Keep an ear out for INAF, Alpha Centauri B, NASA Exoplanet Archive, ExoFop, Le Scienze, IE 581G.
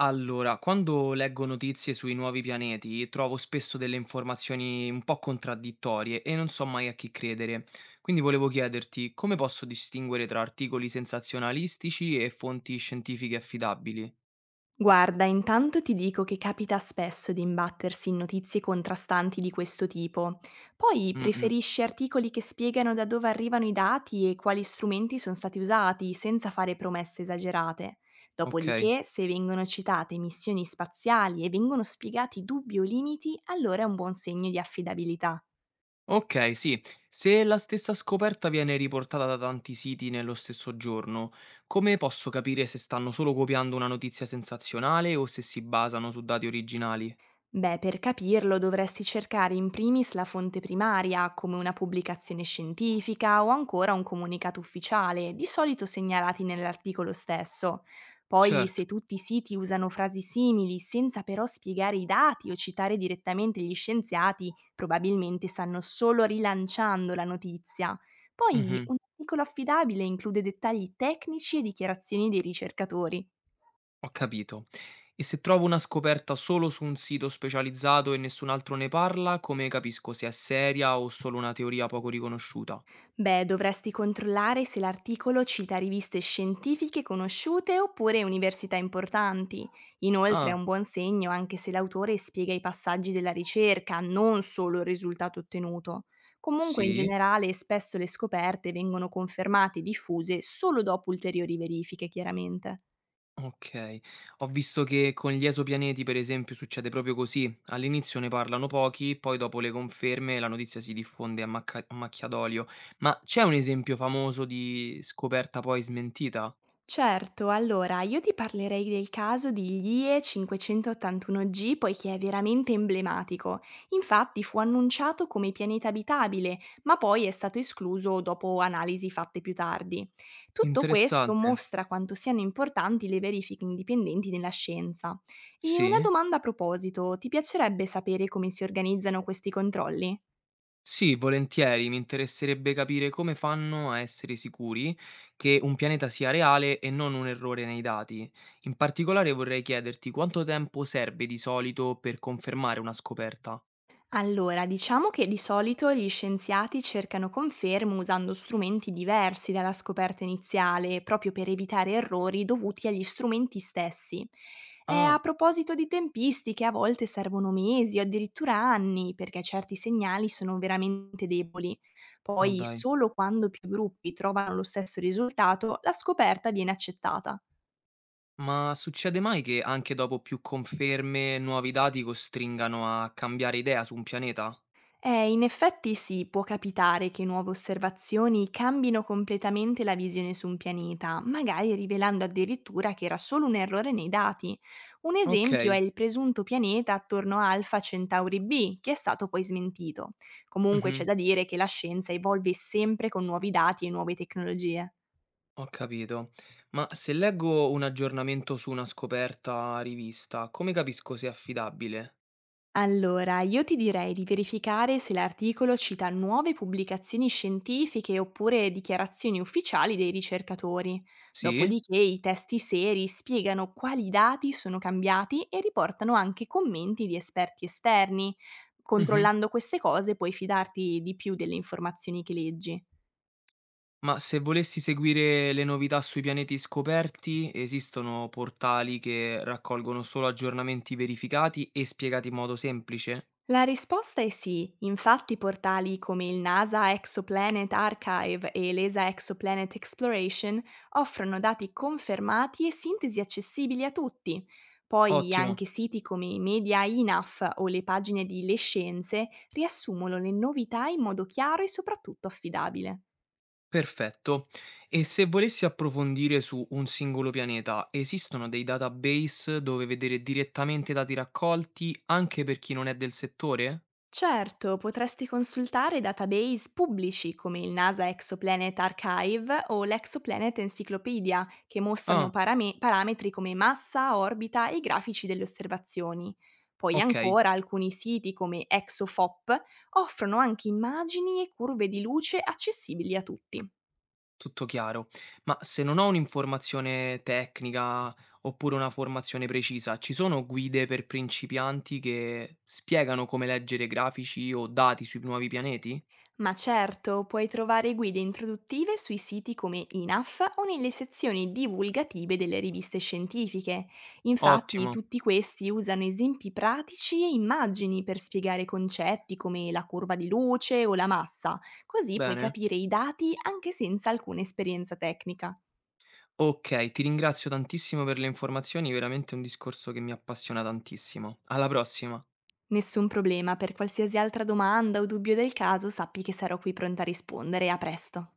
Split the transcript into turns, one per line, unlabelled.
Allora, quando leggo notizie sui nuovi pianeti, trovo spesso delle informazioni un po' contraddittorie e non so mai a chi credere. Quindi volevo chiederti come posso distinguere tra articoli sensazionalistici e fonti scientifiche affidabili?
Guarda, intanto ti dico che capita spesso di imbattersi in notizie contrastanti di questo tipo. Poi
Mm, mm,
preferisci articoli che spiegano da dove arrivano i dati e quali strumenti sono stati usati, senza fare promesse esagerate.
ok.
Dopodiché, se vengono citate missioni spaziali e vengono spiegati dubbi o limiti, allora è un buon segno di affidabilità.
Ok, sì. Se la stessa scoperta viene riportata da tanti siti nello stesso giorno, come posso capire se stanno solo copiando una notizia sensazionale o se si basano su dati originali?
Beh, per capirlo dovresti cercare in primis la fonte primaria, come una pubblicazione scientifica o ancora un comunicato ufficiale, di solito segnalati nell'articolo stesso. Poi,
Certo.
se tutti i siti usano frasi simili senza però spiegare i dati o citare direttamente gli scienziati, probabilmente stanno solo rilanciando la notizia. Poi,
Mhm.
un articolo affidabile include dettagli tecnici e dichiarazioni dei ricercatori.
Ho capito. E se trovo una scoperta solo su un sito specializzato e nessun altro ne parla, come capisco se è seria o solo una teoria poco riconosciuta?
Beh, dovresti controllare se l'articolo cita riviste scientifiche conosciute oppure università importanti. Inoltre è
Ah,
un buon segno anche se l'autore spiega i passaggi della ricerca, non solo il risultato ottenuto. Comunque in
sì?
generale spesso le scoperte vengono confermate e diffuse solo dopo ulteriori verifiche, chiaramente.
Ok. Ho visto che con gli esopianeti, per esempio, succede proprio così. All'inizio ne parlano pochi, poi dopo le conferme la notizia si diffonde a macchia d'olio. Ma c'è un esempio famoso di scoperta poi smentita?
Certo, allora io ti parlerei del caso di IE 581G poiché è veramente emblematico. Infatti fu annunciato come pianeta abitabile, ma poi è stato escluso dopo analisi fatte più tardi. Tutto questo
Interessante.
mostra quanto siano importanti le verifiche indipendenti nella scienza. E una
Sì?
domanda a proposito, ti piacerebbe sapere come si organizzano questi controlli?
Sì, volentieri, mi interesserebbe capire come fanno a essere sicuri che un pianeta sia reale e non un errore nei dati. In particolare vorrei chiederti quanto tempo serve di solito per confermare una scoperta.
Allora, diciamo che di solito gli scienziati cercano conferme usando strumenti diversi dalla scoperta iniziale, proprio per evitare errori dovuti agli strumenti stessi. E a
Ah,
proposito di tempistiche, a volte servono mesi o addirittura anni perché certi segnali sono veramente deboli.
ma
Poi,
dai.
solo quando più gruppi trovano lo stesso risultato, la scoperta viene accettata.
Ma succede mai che anche dopo più conferme, nuovi dati costringano a cambiare idea su un pianeta?
In effetti sì, può capitare che nuove osservazioni cambino completamente la visione su un pianeta, magari rivelando addirittura che era solo un errore nei dati. Un
Ok,
esempio è il presunto pianeta attorno a Alpha Centauri B, che è stato poi smentito. Comunque c'è
mhm,
da dire che la scienza evolve sempre con nuovi dati e nuove tecnologie.
ho capito. Ma se leggo un aggiornamento su una scoperta a rivista, come capisco se è affidabile?
Allora, io ti direi di verificare se l'articolo cita nuove pubblicazioni scientifiche oppure dichiarazioni ufficiali dei ricercatori.
Sì?
Dopodiché i testi seri spiegano quali dati sono cambiati e riportano anche commenti di esperti esterni.
Mh-mh.
Controllando queste cose puoi fidarti di più delle informazioni che leggi.
Ma se volessi seguire le novità sui pianeti scoperti, esistono portali che raccolgono solo aggiornamenti verificati e spiegati in modo semplice?
La risposta è sì, infatti portali come il NASA Exoplanet Archive e l'ESA Exoplanet Exploration offrono dati confermati e sintesi accessibili a tutti. Poi
Ottimo,
anche siti come i media INAF o le pagine di Le Scienze riassumono le novità in modo chiaro e soprattutto affidabile.
perfetto. E se volessi approfondire su un singolo pianeta, esistono dei database dove vedere direttamente i dati raccolti anche per chi non è del settore?
Certo, potresti consultare database pubblici come il NASA Exoplanet Archive o l'Exoplanet Encyclopedia, che mostrano
Ah,
parametri come massa, orbita e grafici delle osservazioni. Poi
ok.
ancora alcuni siti come ExoFop offrono anche immagini e curve di luce accessibili a tutti.
Tutto chiaro. Ma se non ho un'informazione tecnica oppure una formazione precisa, ci sono guide per principianti che spiegano come leggere grafici o dati sui nuovi pianeti?
Ma certo, puoi trovare guide introduttive sui siti come INAF o nelle sezioni divulgative delle riviste scientifiche. Infatti,
Ottimo,
tutti questi usano esempi pratici e immagini per spiegare concetti come la curva di luce o la massa, così puoi
bene.
capire i dati anche senza alcuna esperienza tecnica.
Ok, ti ringrazio tantissimo per le informazioni, veramente un discorso che mi appassiona tantissimo. Alla prossima.
Nessun problema, per qualsiasi altra domanda o dubbio del caso sappi che sarò qui pronta a rispondere. A presto.